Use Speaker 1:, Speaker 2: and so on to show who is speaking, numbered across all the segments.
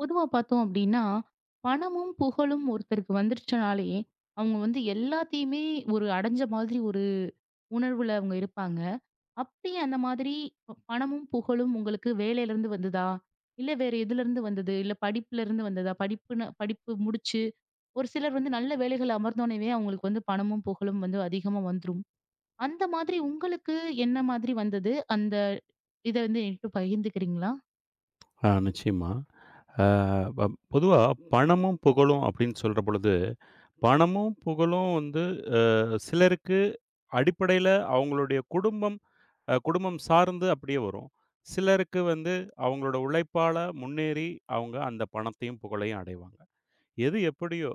Speaker 1: பொதுவா பார்த்தோம் அப்படின்னா, பணமும், புகழும் ஒருத்தருக்கு வந்துருச்சுனாலே, அவங்க வந்து எல்லாத்தையுமே ஒரு அடைஞ்ச மாதிரி ஒரு உணர்வுல அவங்க இருப்பாங்க. அப்படி அந்த மாதிரி பணமும், புகழும் உங்களுக்கு வேலையிலருந்து வந்ததா? இல்ல வேற எதுலருந்து வந்தது? இல்ல படிப்புலருந்து வந்ததா? படிப்புன்னு படிப்பு முடிச்சு, ஒரு சிலர் வந்து நல்ல வேலைகள்ல அமர்ந்தோனவே அவங்களுக்கு வந்து பணமும், புகழும் வந்து அதிகமா வந்துரும். அந்த மாதிரி உங்களுக்கு என்ன மாதிரி வந்தது? அந்த இத வந்து என்கிட்ட பகிர்ந்துக்கிறீங்களா?
Speaker 2: ஆ, நிச்சயமா. ஆ பப் பொதுவா பணமும், புகழும் அப்டின்னு சொல்ற பொழுது, பணமும், புகழும் வந்து அ சிலருக்கு அடிப்படையில அவங்களுடைய குடும்பம் குடும்பம் சார்ந்து அப்டியே வரும். சிலருக்கு வந்து அவங்களோட உழைப்பால முன்னேறி அவங்க அந்த பணத்தையும், புகழையும் அடைவாங்க. எது எப்படியோ,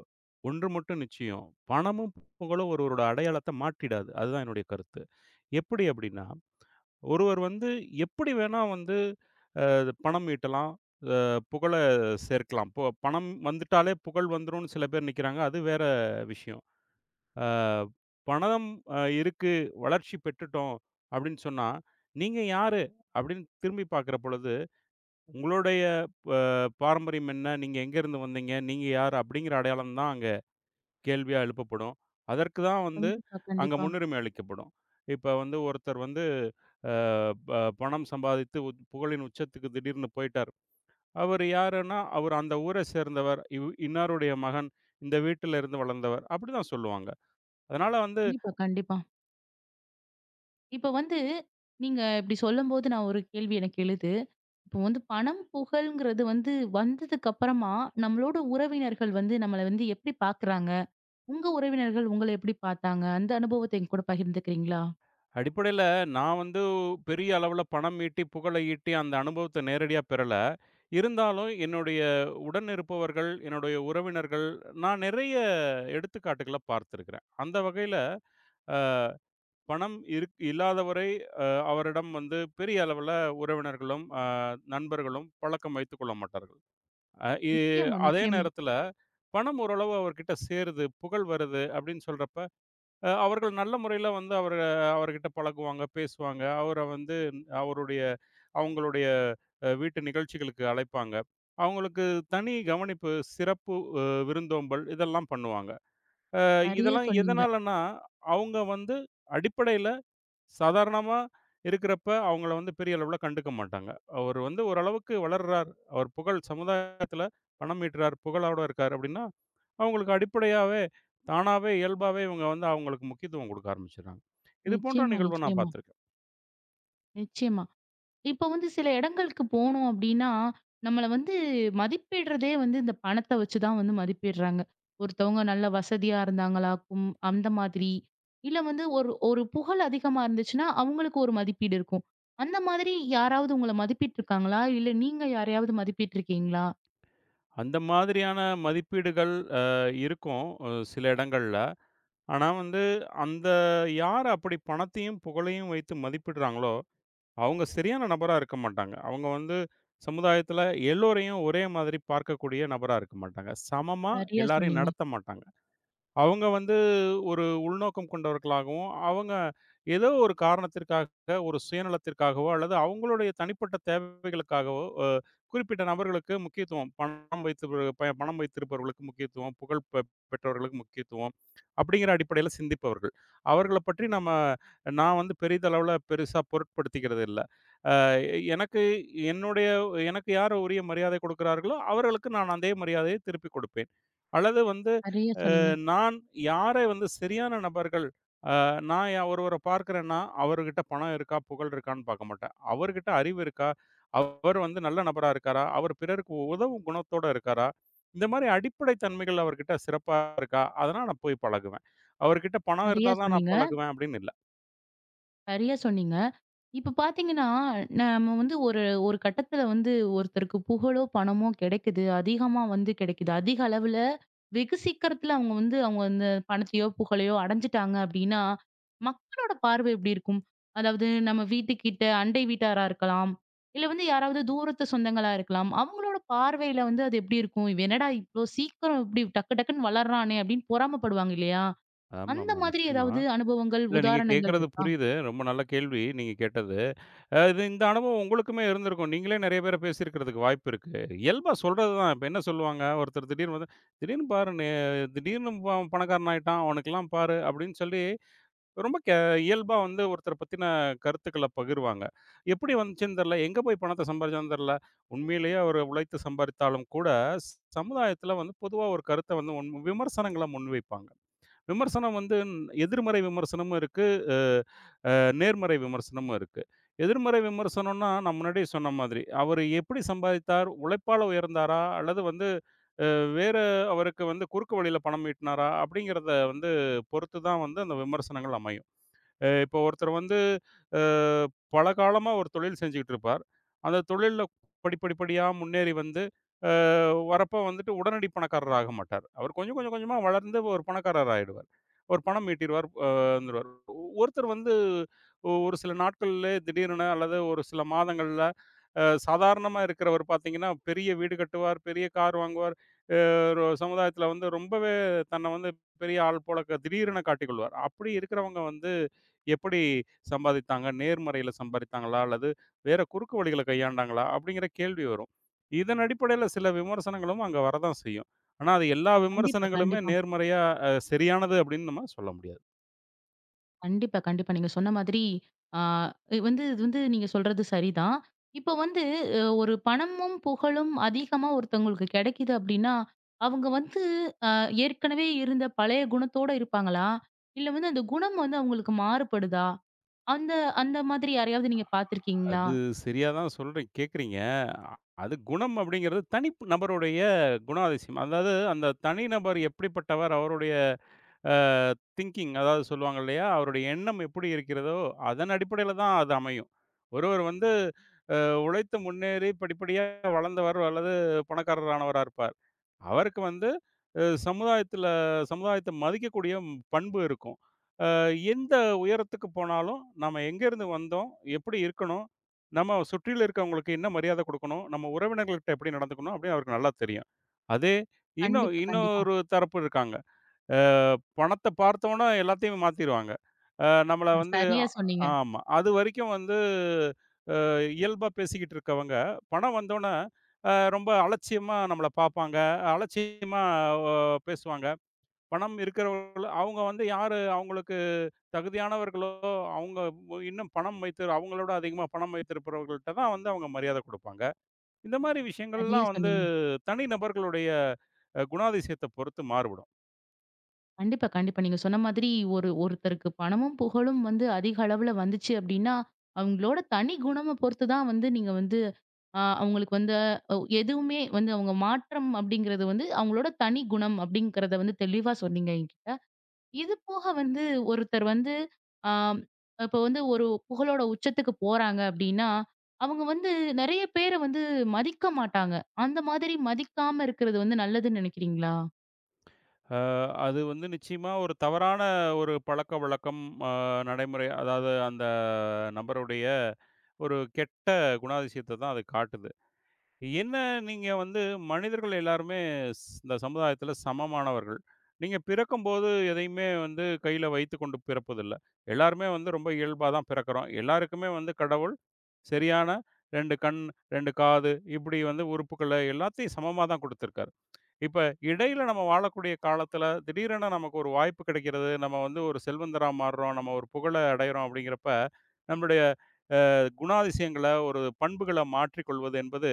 Speaker 2: ஒன்று மட்டும் நிச்சயம். பணமும், புகழும் ஒருவரோட அடையாளத்த மாற்றிடாது. அதுதான் என்னுடைய கருத்து. எப்படி அப்டின்னா, ஒருவர் வந்து எப்படி வேணா வந்து அது பணம் ஈட்டலாம். அ புகழ சேர்க்கலாம். இப்போ பணம் வந்துட்டாலே புகழ் வந்துரும்னு சில பேர் நிக்கிறாங்க. அது வேற விஷயம். அ பணம் இருக்கு, வளர்ச்சி பெற்றுட்டோம் அப்படின்னு சொன்னா, "நீங்க யாரு?" அப்படின்னு திரும்பி பார்க்கிற பொழுது, உங்களுடைய ப பாரம்பரியம் என்ன? நீங்க எங்கேருந்து வந்தீங்க? நீங்க யார்? அப்படிங்கிற அடையாளம் தான் அங்க கேள்வியா எழுப்பப்படும். அதற்கு தான் வந்து
Speaker 1: கண்டிப்பா,
Speaker 2: அங்க
Speaker 1: கண்டிப்பா.
Speaker 2: முன்னுரிமை அளிக்கப்படும். இப்ப வந்து ஒருத்தர் வந்து அ ப பணம் சம்பாதித்து புகழின் உச்சத்துக்கு திடீர்னு போயிட்டார். அவரு யாருன்னா, அவரு அந்த ஊர சேர்ந்தவர். இன்னாருடைய மகன். இந்த வீட்டில இருந்து வளர்ந்தவர். அப்படிதான் சொல்லுவாங்க. அதனால வந்து
Speaker 1: கண்டிப்பா, கண்டிப்பா. இப்ப வந்து நீங்க இப்படி சொல்லும்போது நான் ஒரு கேள்வி எனக்கு எழுது. இப்போ வந்து பணம், புகழ்ங்கிறது வந்து வந்ததுக்கு அப்புறமா நம்மளோட உறவினர்கள் வந்து நம்மள வந்து எப்படி பார்க்குறாங்க? உங்க உறவினர்கள் உங்கள எப்படி பார்த்தாங்க? அந்த அனுபவத்த என்கூட பகிர்ந்துக்கிறீங்களா?
Speaker 2: அடிப்படையில நான் வந்து பெரிய அளவுல பணம் ஈட்டி, புகழை ஈட்டி அந்த அனுபவத்த நேரடியா பெறல. இருந்தாலும் என்னுடைய உடன் இருப்பவர்கள், என்னுடைய உறவினர்கள், நான் நிறைய எடுத்துக்காட்டுகள பார்த்திருக்கிறேன். அந்த வகையில அ பணம் இல்லாதவரை அ அவரிடம் வந்து பெரிய அளவுல உறவினர்களும், நண்பர்களும் பழக்கம் வைத்துக் கொள்ள மாட்டார்கள். அ இ
Speaker 1: நிச்சயமா,
Speaker 2: அதே
Speaker 1: நிச்சயமா.
Speaker 2: நேரத்தில பணம் ஓரளவு அவர்கிட்ட சேருது, புகழ் வருது அப்படின்னு சொல்றப்ப, அவர்கள் நல்ல முறையில வந்து அவர்கிட்ட பழகுவாங்க, பேசுவாங்க. அவர வந்து அவருடைய அவங்களுடைய வீட்டு நிகழ்ச்சிகளுக்கு அழைப்பாங்க. அவங்களுக்கு தனி கவனிப்பு, சிறப்பு விருந்தோம்பல் இதெல்லாம் பண்ணுவாங்க. அ
Speaker 1: சரியா
Speaker 2: இதெல்லாம்
Speaker 1: சொன்னீங்க.
Speaker 2: எதனாலன்னா, அவங்க வந்து அடிப்படையில சாதாரணமா இருக்கிறப்ப அவங்கள வந்து பெரிய அளவுல கண்டுக்க மாட்டாங்க. அவரு வந்து ஓரளவுக்கு வளர்றார். அவர் புகழ் சமுதாயத்துல பணம் ஈட்டுறார், புகழோட இருக்காரு அப்படின்னா, அவங்களுக்கு அடிப்படையாவே, தானாவே, இயல்பாவே இவங்க வந்து அவங்களுக்கு முக்கியத்துவம் கொடுக்க ஆரம்பிச்சுடுறாங்க. இது போன்ற
Speaker 1: நிச்சயமா,
Speaker 2: நிகழ்வ நான்
Speaker 1: நிச்சயமா,
Speaker 2: பார்த்துருக்கேன்.
Speaker 1: நிச்சயமா. இப்ப வந்து சில இடங்களுக்கு போனோம் அப்படின்னா, நம்மள வந்து மதிப்பிடுறதே வந்து இந்த பணத்த வச்சு தான் வந்து மதிப்பிடுறாங்க. ஒருத்தவங்க நல்ல வசதியா இருந்தாங்களாக்கும், அந்த மாதிரி. இல்ல வந்து ஒரு ஒரு புகழ் அதிகமா இருந்துச்சுன்னா, அவங்களுக்கு ஒரு மதிப்பீடு இருக்கும். அந்த மாதிரி யாராவது உங்கள மதிப்பிட்டுருக்காங்களா? இல்ல நீங்க யாரையாவது மதிப்பிட்டுருக்கீங்களா?
Speaker 2: அந்த மாதிரியான மதிப்பீடுகள் அ இருக்கும் சில இடங்கள்ல. ஆனா வந்து அந்த யார் அப்படி பணத்தையும், புகழையும் வைத்து மதிப்பிடுறாங்களோ அவங்க சரியான நபரா இருக்க மாட்டாங்க. அவங்க வந்து சமுதாயத்துல எல்லோரையும் ஒரே மாதிரி பார்க்கக்கூடிய நபரா இருக்க மாட்டாங்க. சமமா
Speaker 1: சரியா
Speaker 2: எல்லாரையும்
Speaker 1: சொன்னீங்க.
Speaker 2: நடத்த மாட்டாங்க. அவங்க வந்து ஒரு உள்நோக்கம் கொண்டவர்களாகவும், அவங்க ஏதோ ஒரு காரணத்திற்காக, ஒரு சுயநலத்திற்காகவோ அல்லது அவங்களுடைய தனிப்பட்ட தேவைகளுக்காகவோ, குறிப்பிட்ட நபர்களுக்கு முக்கியத்துவம். பணம் வைத்து பணம் வைத்திருப்பவர்களுக்கு முக்கியத்துவம், புகழ் பெற்றவர்களுக்கு முக்கியத்துவம், அப்படிங்கிற அடிப்படையில சிந்திப்பவர்கள். அவர்கள பற்றி நான் வந்து பெரிதளவுல பெருசா பொருட்படுத்திக்கிறது இல்ல. எனக்கு என்னுடைய எனக்கு யார் உரிய மரியாதை கொடுக்கிறார்களோ, அவர்களுக்கு நான் அதே மரியாதையை திருப்பிக் கொடுப்பேன். அல்லது வந்து
Speaker 1: சரியா சொன்னீங்க.
Speaker 2: நான் யாரை வந்து சரியான நபர்கள் அ நான் யா ஒருவர பார்க்கிறேன்னா, அவர்கிட்ட பணம் இருக்கா, புகழ் இருக்கான்னு பார்க்க மாட்டேன். அவர்கிட்ட அறிவு இருக்கா, அவர் வந்து நல்ல நபரா இருக்காரா, அவர் பிறருக்கு உதவும் குணத்தோட இருக்காரா, இந்த மாரி அடிப்படை தன்மைகள் அவர்கிட்ட சிறப்பா இருக்கா, அதெல்லாம் நான் போய் பழகுவேன். அவர்கிட்ட பணம்
Speaker 1: சரியா
Speaker 2: இருந்தா தான் நான்
Speaker 1: சொன்னீங்க.
Speaker 2: பழகுவேன் அப்படின்னு இல்ல.
Speaker 1: சரியா சொன்னீங்க. இப்ப பாத்தீங்கன்னா, நம்ம வந்து ஒரு ஒரு கட்டத்துல வந்து ஒருத்தருக்கு புகழோ, பணமோ கிடைக்குது. அதிகமா வந்து கிடைக்குது. அதிக அளவுல வெகு சீக்கிரத்துல அவங்க வந்து அவங்க அந்த பணத்தையோ, புகழையோ அடைஞ்சுட்டாங்க அப்படின்னா, மக்களோட பார்வை எப்படி இருக்கும்? அதாவது நம்ம வீட்டுக்கிட்ட அண்டை வீட்டாரா இருக்கலாம். இல்ல வந்து யாராவது தூரத்து சொந்தங்களா இருக்கலாம். அவங்களோட பார்வையில வந்து அது எப்படி இருக்கும்? "இவன் என்னடா இவ்ளோ சீக்கிரம் இப்படி டக்கு டக்குன்னு வளர்றானே!" அப்படின்னு பொறாமைப்படுவாங்க இல்லையா? அந்த
Speaker 2: ஆமாமா,
Speaker 1: மாதிரி
Speaker 2: நிச்சயமா.
Speaker 1: ஏதாவது அனுபவங்கள்,
Speaker 2: இல்ல நீங்க
Speaker 1: உதாரணங்கள்
Speaker 2: கேட்கறது
Speaker 1: இருக்கா?
Speaker 2: புரியுது. ரொம்ப நல்ல கேள்வி நீங்க கேட்டது. இது இந்த அனுபவம் உங்களுக்குமே இருந்திருக்கும். நீங்களே நெறைய பேர பேசியிருக்கிறதுக்கு வாய்ப்பு இருக்கு. இயல்பா சொல்றது தான். இப்ப என்ன சொல்லுவாங்க, ஒருத்தர் திடீர்னு வந்து, "திடீர்னு பாரு நே திடீர்னு அவன் பணக்காரன் ஆயிட்டான். அவனுக்கெல்லாம் பாரு" அப்படின்னு சொல்லி ரொம்ப கே இயல்பா வந்து ஒருத்தர பத்தின கருத்துக்கள பகிர்வாங்க. எப்படி வந்துச்சுன்னு தெர்ல. எங்க போய் பணத்த சம்பாரிச்சான்னு தெர்ல. உண்மையிலேயே அவரு உழைத்து சம்பாரித்தாலும் கூட, சமுதாயத்துல வந்து பொதுவா ஒரு கருத்த வந்து உன் விமர்சனங்கள முன்வைப்பாங்க. விமர்சனம் வந்து எதிர்மறை விமர்சனமும் இருக்கு. அ அ நேர்மறை விமர்சனமும் இருக்கு. எதிர்மறை விமர்சனம்னா, நான் முன்னாடியே சொன்ன மாதிரி, அவரு எப்படி சம்பாதித்தார்? உழைப்பால உயர்ந்தாரா? அல்லது வந்து வேற அவருக்கு வந்து குறுக்கு வழியில பணம் ஈட்டினாரா? அப்படிங்கிறத வந்து பொறுத்து தான் வந்து அந்த விமர்சனங்கள் அமையும். இப்போ ஒருத்தர் வந்து அ பல காலமா ஒரு தொழில் செஞ்சுகிட்டு இருப்பார். அந்த தொழில்ல படிப்படிப்படியா முன்னேறி வந்து வரப்போ வந்துட்டு உடனடி பணக்காரர் ஆக மாட்டார். அவர் கொஞ்சம் கொஞ்சம் கொஞ்சமா வளர்ந்து ஒரு பணக்காரர் ஆயிடுவார். ஒரு பணம் ஈட்டிருவார் வந்துருவார். ஒருத்தர் வந்து ஒரு சில நாட்கள்லே திடீரென அல்லது ஒரு சில மாதங்கள்ல சாதாரணமா இருக்கிறவர் பார்த்தீங்கன்னா, பெரிய வீடு கட்டுவார், பெரிய கார் வாங்குவார், ஒரு சமுதாயத்துல வந்து ரொம்பவே தன்னை வந்து பெரிய ஆள் போல திடீரென காட்டிக்கொள்வார். அப்படி இருக்கிறவங்க வந்து எப்படி சம்பாதித்தாங்க? நேர்மறையில சம்பாதித்தாங்களா அல்லது வேற குறுக்கு வழிகளை கையாண்டாங்களா அப்படிங்கிற கேள்வி வரும். இதன் அடிப்படையில் சில விமர்சனங்களும் அங்கே வரதான் செய்யும். ஆனால் அது எல்லா
Speaker 1: கண்டிப்பா,
Speaker 2: விமர்சனங்களுமே
Speaker 1: கண்டிப்பா.
Speaker 2: நேர்மறையாக சரியானது அப்படின்னு நம்ம சொல்ல முடியாது.
Speaker 1: கண்டிப்பா, கண்டிப்பா. நீங்க சொன்ன மாதிரி ஆ இது வந்து இது வந்து நீங்க சொல்றது சரிதான். இப்போ வந்து ஒரு பணமும், புகழும் அதிகமா ஒருத்தவங்களுக்கு கிடைக்குது அப்டின்னா, அவங்க வந்து அ ஏற்கனவே இருந்த பழைய குணத்தோட இருப்பாங்களா? இல்ல வந்து அந்த குணம் வந்து அவங்களுக்கு மாறுபடுதா? அந்த அந்த மாதிரி யாரையாவது நீங்க பார்த்துருக்கீங்களா?
Speaker 2: அது சரியா தான் சொல்றீங்க கேட்குறீங்க. அது குணம் அப்படிங்கிறது தனி நபருடைய குணாதிசயம். அதாவது அந்த தனி நபர் எப்படிப்பட்டவர்? அவருடைய அ திங்கிங் அதாவது சொல்லுவாங்க இல்லையா? அவருடைய எண்ணம் எப்படி இருக்கிறதோ, அதன் அடிப்படையில தான் அது அமையும். ஒருவர் வந்து உழைத்து முன்னேறி படிப்படியா வளர்ந்தவர் அல்லது பணக்காரரானவரா இருப்பார். அவருக்கு வந்து சமுதாயத்தில சமுதாயத்த மதிக்கக்கூடிய பண்பு இருக்கும். அ எந்த உயரத்துக்கு போனாலும், நம்ம எங்கேருந்து வந்தோம்? எப்படி இருக்கணும்? நம்ம சுற்றில இருக்கவங்களுக்கு என்ன மரியாதை குடுக்கணும்? நம்ம உறவினர்கள்ட்ட எப்படி நடந்துக்கணும்? அப்படின்னு அவருக்கு நல்லா தெரியும். அதே இன்னும்
Speaker 1: கண்டிப்பா, கண்டிப்பா.
Speaker 2: இன்னொரு தரப்பு இருக்காங்க. அ பணத்த பார்த்தோனே எல்லாத்தையும் மாத்திருவாங்க. அ நம்மள வந்து
Speaker 1: சரியா
Speaker 2: அ
Speaker 1: சொன்னீங்க.
Speaker 2: ஆமா. அதுவரைக்கும் வந்து இயல்பா பேசிக்கிட்டு இருக்கவங்க, பணம் வந்தோனே ரொம்ப அலட்சியமா நம்மள பார்ப்பாங்க. அலட்சியமா அ பேசுவாங்க. பணம் இருக்கிறவங்கள அவங்க வந்து யாரு அவங்களுக்கு தகுதியானவர்களோ, அவங்க இன்னும் பணம் வைத்து அவங்களோட அதிகமா பணம் வைத்திருப்பவர்கள்ட்ட தான் வந்து அவங்க மரியாதை குடுப்பாங்க. இந்த மாரி
Speaker 1: சரியா
Speaker 2: விஷயங்கள்லாம் வந்து
Speaker 1: சொன்னீங்க.
Speaker 2: தனி நபர்களுடைய குணாதிசயத்த பொறுத்து மாறுபடும்.
Speaker 1: கண்டிப்பா, கண்டிப்பா. நீங்க சொன்ன மாதிரி ஒரு ஒருத்தருக்கு பணமும், புகழும் வந்து அதிக அளவுல வந்துச்சு அப்படின்னா, அவங்களோட தனி குணம பொறுத்து தான் வந்து நீங்க வந்து அவங்களுக்கு வந்து எதுவுமே வந்து அவங்க மாற்றம் அப்படிங்கிறது வந்து அவங்களோட தனி குணம் அப்படிங்கிறத வந்து தெளிவா சொன்னீங்க என்கிட்ட. இது போக வந்து ஒருத்தர் வந்து அ இப்போ வந்து ஒரு புகழோட உச்சத்துக்கு போறாங்க அப்படின்னா, அவங்க வந்து நெறைய பேர வந்து மதிக்க மாட்டாங்க. அந்த மாதிரி மதிக்காம இருக்கிறது வந்து நல்லதுன்னு நினைக்கிறீங்களா?
Speaker 2: அ அது வந்து நிச்சயமா ஒரு தவறான ஒரு பழக்கவழக்கம், அ நடைமுறை. அதாவது அந்த நபருடைய ஒரு கெட்ட குணாதிசயத்த தான் அது காட்டுது. என்ன நீங்க வந்து மனிதர்கள் எல்லாருமே இந்த சமுதாயத்துல சமமானவர்கள். நீங்க பிறக்கும்போது எதையுமே வந்து கையில வைத்துக்கொண்டு பிறப்பதில்ல. எல்லாருமே வந்து ரொம்ப இயல்பா தான் பிறக்கிறோம். எல்லாருக்குமே வந்து கடவுள் சரியான 2 கண், 2 காது இப்படி வந்து உறுப்புக்கள எல்லாத்தையும் சமமா தான் குடுத்துருக்காரு. இப்ப இடையில நம்ம வாழக்கூடிய காலத்துல திடீரென நமக்கு ஒரு வாய்ப்பு கிடைக்கிறது. நம்ம வந்து ஒரு செல்வந்தரா மாறுறோம். நம்ம ஒரு புகழ அடையிறோம் அப்படிங்கிறப்ப நம்மளுடைய குணாதிசயங்கள, ஒரு பண்புகள மாற்றிக்கொள்வது என்பது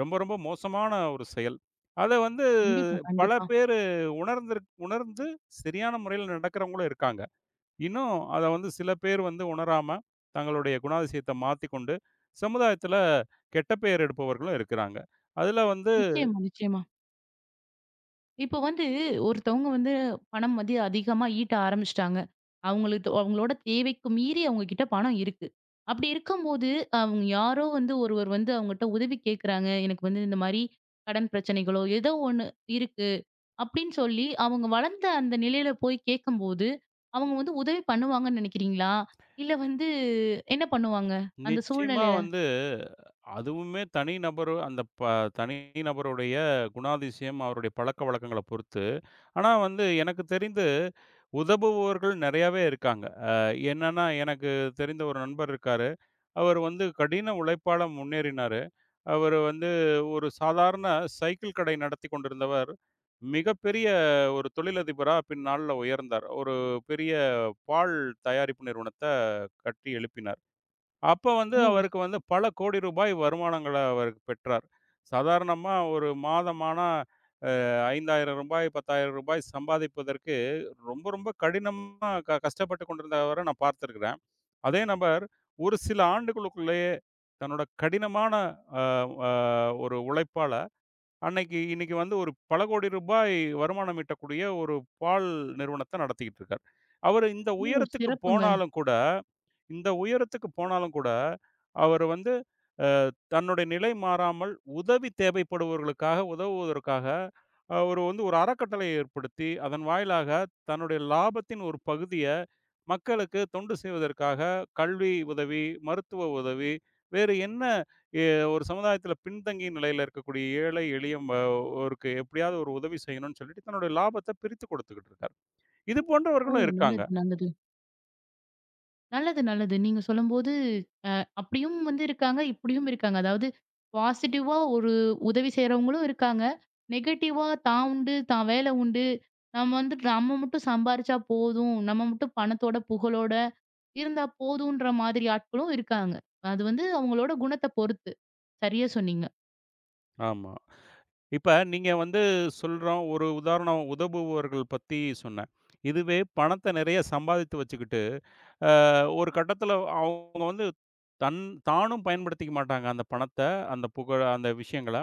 Speaker 2: ரொம்ப, ரொம்ப மோசமான ஒரு செயல். அத வந்து
Speaker 1: கண்டிப்பா,
Speaker 2: பல
Speaker 1: கண்டிப்பா.
Speaker 2: பேரு உணர்ந்து சரியான முறையில நடக்கிறவங்களும் இருக்காங்க. இன்னும் அத வந்து சில பேர் வந்து உணராம, தங்களுடைய குணாதிசயத்த மாத்திக்கொண்டு, சமுதாயத்தில கெட்ட பெயர் எடுப்பவர்களும் இருக்கிறாங்க. அதுல வந்து
Speaker 1: நிச்சயமா, நிச்சயமா. இப்போ வந்து ஒருத்தவங்க வந்து பணம் வந்து அதிகமா ஈட்ட ஆரம்பிச்சுட்டாங்க. அவங்களுக்கு அவங்களோட தேவைக்கு மீறி அவங்க கிட்ட பணம் இருக்கு. அப்படி இருக்கும்போது, அவங்க யாரோ வந்து ஒருவர் வந்து அவங்கட்ட உதவி கேட்குறாங்க. எனக்கு வந்து இந்த மாரி கடன் பிரச்சனைகளோ, ஏதோ ஒண்ணு இருக்கு அப்படின்னு சொல்லி அவங்க வளர்ந்த அந்த நிலையில போய் கேட்கும்போது, அவங்க வந்து உதவி பண்ணுவாங்கன்னு நினைக்கிறீங்களா? இல்ல வந்து என்ன பண்ணுவாங்க? அந்த
Speaker 2: நிச்சயமா
Speaker 1: சூழ்நிலையில?
Speaker 2: வந்து அதுவுமே தனி நபர் அந்த ப தனி நபருடைய குணாதிசயம், அவருடைய பழக்கவழக்கங்கள பொறுத்து. ஆனா வந்து எனக்கு தெரிந்து உதவுபவர்கள் நெறையாவே இருக்காங்க. என்னன்னா எனக்கு தெரிந்த ஒரு நண்பர் இருக்காரு. அவர் வந்து கடின உழைப்பால முன்னேறினாரு. அவரு வந்து ஒரு சாதாரண சைக்கிள் கடை நடத்திக் கொண்டிருந்தவர், மிகப்பெரிய ஒரு தொழிலதிபரா பின்னாள்ல உயர்ந்தார். ஒரு பெரிய பால் தயாரிப்பு நிறுவனத்த கட்டி எழுப்பினார். அப்ப வந்து
Speaker 1: ஓ!
Speaker 2: அவருக்கு வந்து பல கோடி ரூபாய் வருமானங்கள அவர் பெற்றார். சாதாரணமா ஒரு மாதமானா ரூ. 5,000 ரூ. 10,000 சம்பாதிப்பதற்கு ரொம்ப, ரொம்ப கடினமா கஷ்டப்பட்டு கொண்டிருந்தவர நான் பார்த்திருக்கிறேன். அதே நபர் ஒரு சில ஆண்டுகளுக்குள்ளேயே தன்னோட கடினமான அ அ ஒரு உழைப்பால அன்னைக்கு இன்னைக்கு வந்து ஒரு பல கோடி ரூபாய் வருமானம் ஈட்டக்கூடிய ஒரு பால் நிறுவனத்த நடத்திக்கிட்டு இருக்கார். அவரு இந்த
Speaker 1: ஓ!
Speaker 2: உயரத்துக்கு
Speaker 1: சிறப்புங்க.
Speaker 2: போனாலும் கூட இந்த உயரத்துக்கு போனாலும் கூட, அவர் வந்து அ தன்னுடைய நிலை மாறாமல், உதவி தேவைப்படுபவர்களுக்காக உதவுவதற்காக, அவர் வந்து ஒரு அறக்கட்டளை ஏற்படுத்தி, அதன் வாயிலாக தன்னுடைய லாபத்தின் ஒரு பகுதிய மக்களுக்கு தொண்டு செய்வதற்காக, கல்வி உதவி, மருத்துவ உதவி, வேறு என்ன எ ஒரு சமுதாயத்தில பின்தங்கிய நிலையில இருக்கக்கூடிய ஏழை, எளிய ஓருக்கு எப்படியாவது ஒரு உதவி செய்யணும்னு சொல்லிட்டு, தன்னுடைய லாபத்த பிரித்து கொடுத்துக்கிட்டு இருக்கார். இது
Speaker 1: ஓ!
Speaker 2: போன்றவர்களும் இருக்காங்க.
Speaker 1: நல்லது, நல்லது. நல்லது, நல்லது. நீங்க சொல்லும்போது அப்படியும் வந்து இருக்காங்க, இப்படியும் இருக்காங்க. அதாவது பாசிட்டிவா ஒரு உதவி செய்றவங்களும் இருக்காங்க. நெகட்டிவா தான் உண்டு, தான் வேலை உண்டு. நம்ம வந்து நம்ம மட்டும் சம்பாரிச்சா போதும். நம்ம மட்டும் பணத்தோட, புகழோட இருந்தா போதுன்ற மாதிரி ஆட்களும் இருக்காங்க. அது வந்து அவங்களோட குணத்த பொறுத்து. சரியா சொன்னீங்க.
Speaker 2: ஆமா. இப்ப நீங்க வந்து சொல்றோம் ஒரு உதாரணம் உதவுபவர்கள் பத்தி சொன்னேன். இதுவே பணத்த நெறைய சம்பாதித்து வச்சுக்கிட்டு, ஒரு கட்டத்துல அவங்க வந்து தன் தானும் பயன்படுத்திக்க மாட்டாங்க. அந்த பணத்த, அந்த புகழ, அந்த விஷயங்கள.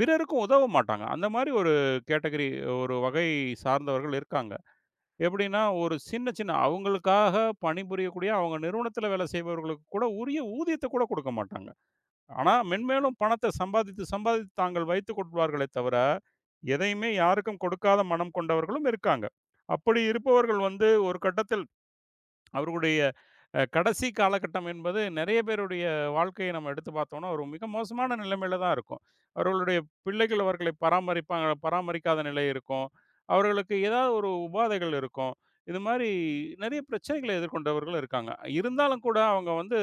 Speaker 2: பிறருக்கும் உதவ மாட்டாங்க. அந்த மாரி ஒரு கேட்டகரி ஒரு வகை சார்ந்தவர்கள் இருக்காங்க. எப்படின்னா, ஒரு சின்ன சின்ன அவங்களுக்காக பணிபுரியக்கூடிய அவங்க நிறுவனத்துல வேலை செய்பவர்களுக்கு கூட உரிய ஊதியத்த கூட குடுக்க மாட்டாங்க. ஆனா, மென்மேலும் பணத்தை சம்பாதித்து, சம்பாதித்து தாங்கள் வைத்துக் கொள்வார்களே தவிர, எதையுமே யாருக்கும் கொடுக்காத மனம் கொண்டவர்களும் இருக்காங்க. அப்படி இருப்பவர்கள் வந்து ஒரு கட்டத்தில் அவருடைய கடைசி காலகட்டம் என்பது நெறைய பேருடைய வாழ்க்கைய நம்ம எடுத்து பார்த்தோம்னா, ஒரு மிக மோசமான நிலைமையில தான் இருக்கும். அவர்களுடைய பிள்ளைகள் அவர்களை பராமரிப்பாங்க பராமரிக்காத நிலை இருக்கும். அவர்களுக்கு ஏதாவது ஒரு உபாதைகள் இருக்கும். இது மாரி நெறைய பிரச்சனைகளை எதிர்கொண்டவர்கள் இருக்காங்க. இருந்தாலும் கூட அவங்க வந்து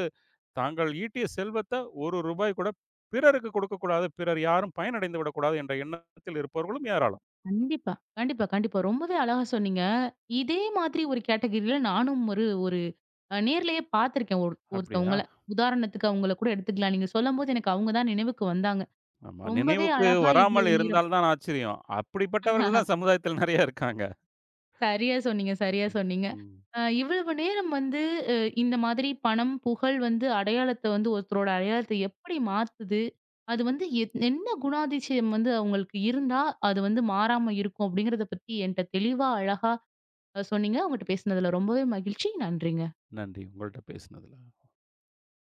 Speaker 2: தாங்கள் ஈட்டிய செல்வத்த ரூ. 1 கூட பிறருக்கு கொடுக்கக்கூடாது. பிறர் யாரும் பயனடைந்து விடக்கூடாது என்ற எண்ணத்தில் இருப்பவர்களும் ஏராளம்.
Speaker 1: கண்டிப்பா. கண்டிப்பா, கண்டிப்பா. ரொம்பவே அழகா சொன்னீங்க. இதே மாதிரி ஒரு கேட்டகரியில நானும் ஒரு ஒரு நேர்லயே பார்த்துருக்கேன் ஒரு
Speaker 2: அப்படியா?
Speaker 1: ஒருத்தவங்கள. உதாரணத்துக்கு அவங்கள கூட எடுத்துக்கலாம். நீங்க சொல்லும்போது எனக்கு அவங்க தான் நினைவுக்கு வந்தாங்க.
Speaker 2: ஆமா.
Speaker 1: ரொம்பவே
Speaker 2: நினைவுக்கு
Speaker 1: அழகா
Speaker 2: வராமல்
Speaker 1: இவ்வளவு நேரம்.
Speaker 2: இருந்தால் தான் ஆச்சரியம். அப்படிப்பட்டவர்கள் தான் சமுதாயத்தில் நெறைய இருக்காங்க.
Speaker 1: சரியா சொன்னீங்க, சரியா
Speaker 2: ம்.
Speaker 1: சொன்னீங்க.
Speaker 2: ம்.
Speaker 1: இவ்வளவு நேரம் வந்து அ இந்த மாதிரி பணம், புகழ் வந்து அடையாளத்த வந்து ஒருத்தரோட அடையாளத்த எப்படி மாத்துது? அது வந்து என்ன குணாதிசயம் வந்து அவங்களுக்கு இருந்தா, அது வந்து மாறாம இருக்கும் அப்படிங்கிறத பத்தி என்ட்ட தெளிவா, அழகா சொன்னீங்க. உங்கட்ட பேசினதுல ரொம்பவே மகிழ்ச்சி. நன்றிங்க.
Speaker 2: நன்றி. உங்கள்ட்ட பேசினதுல.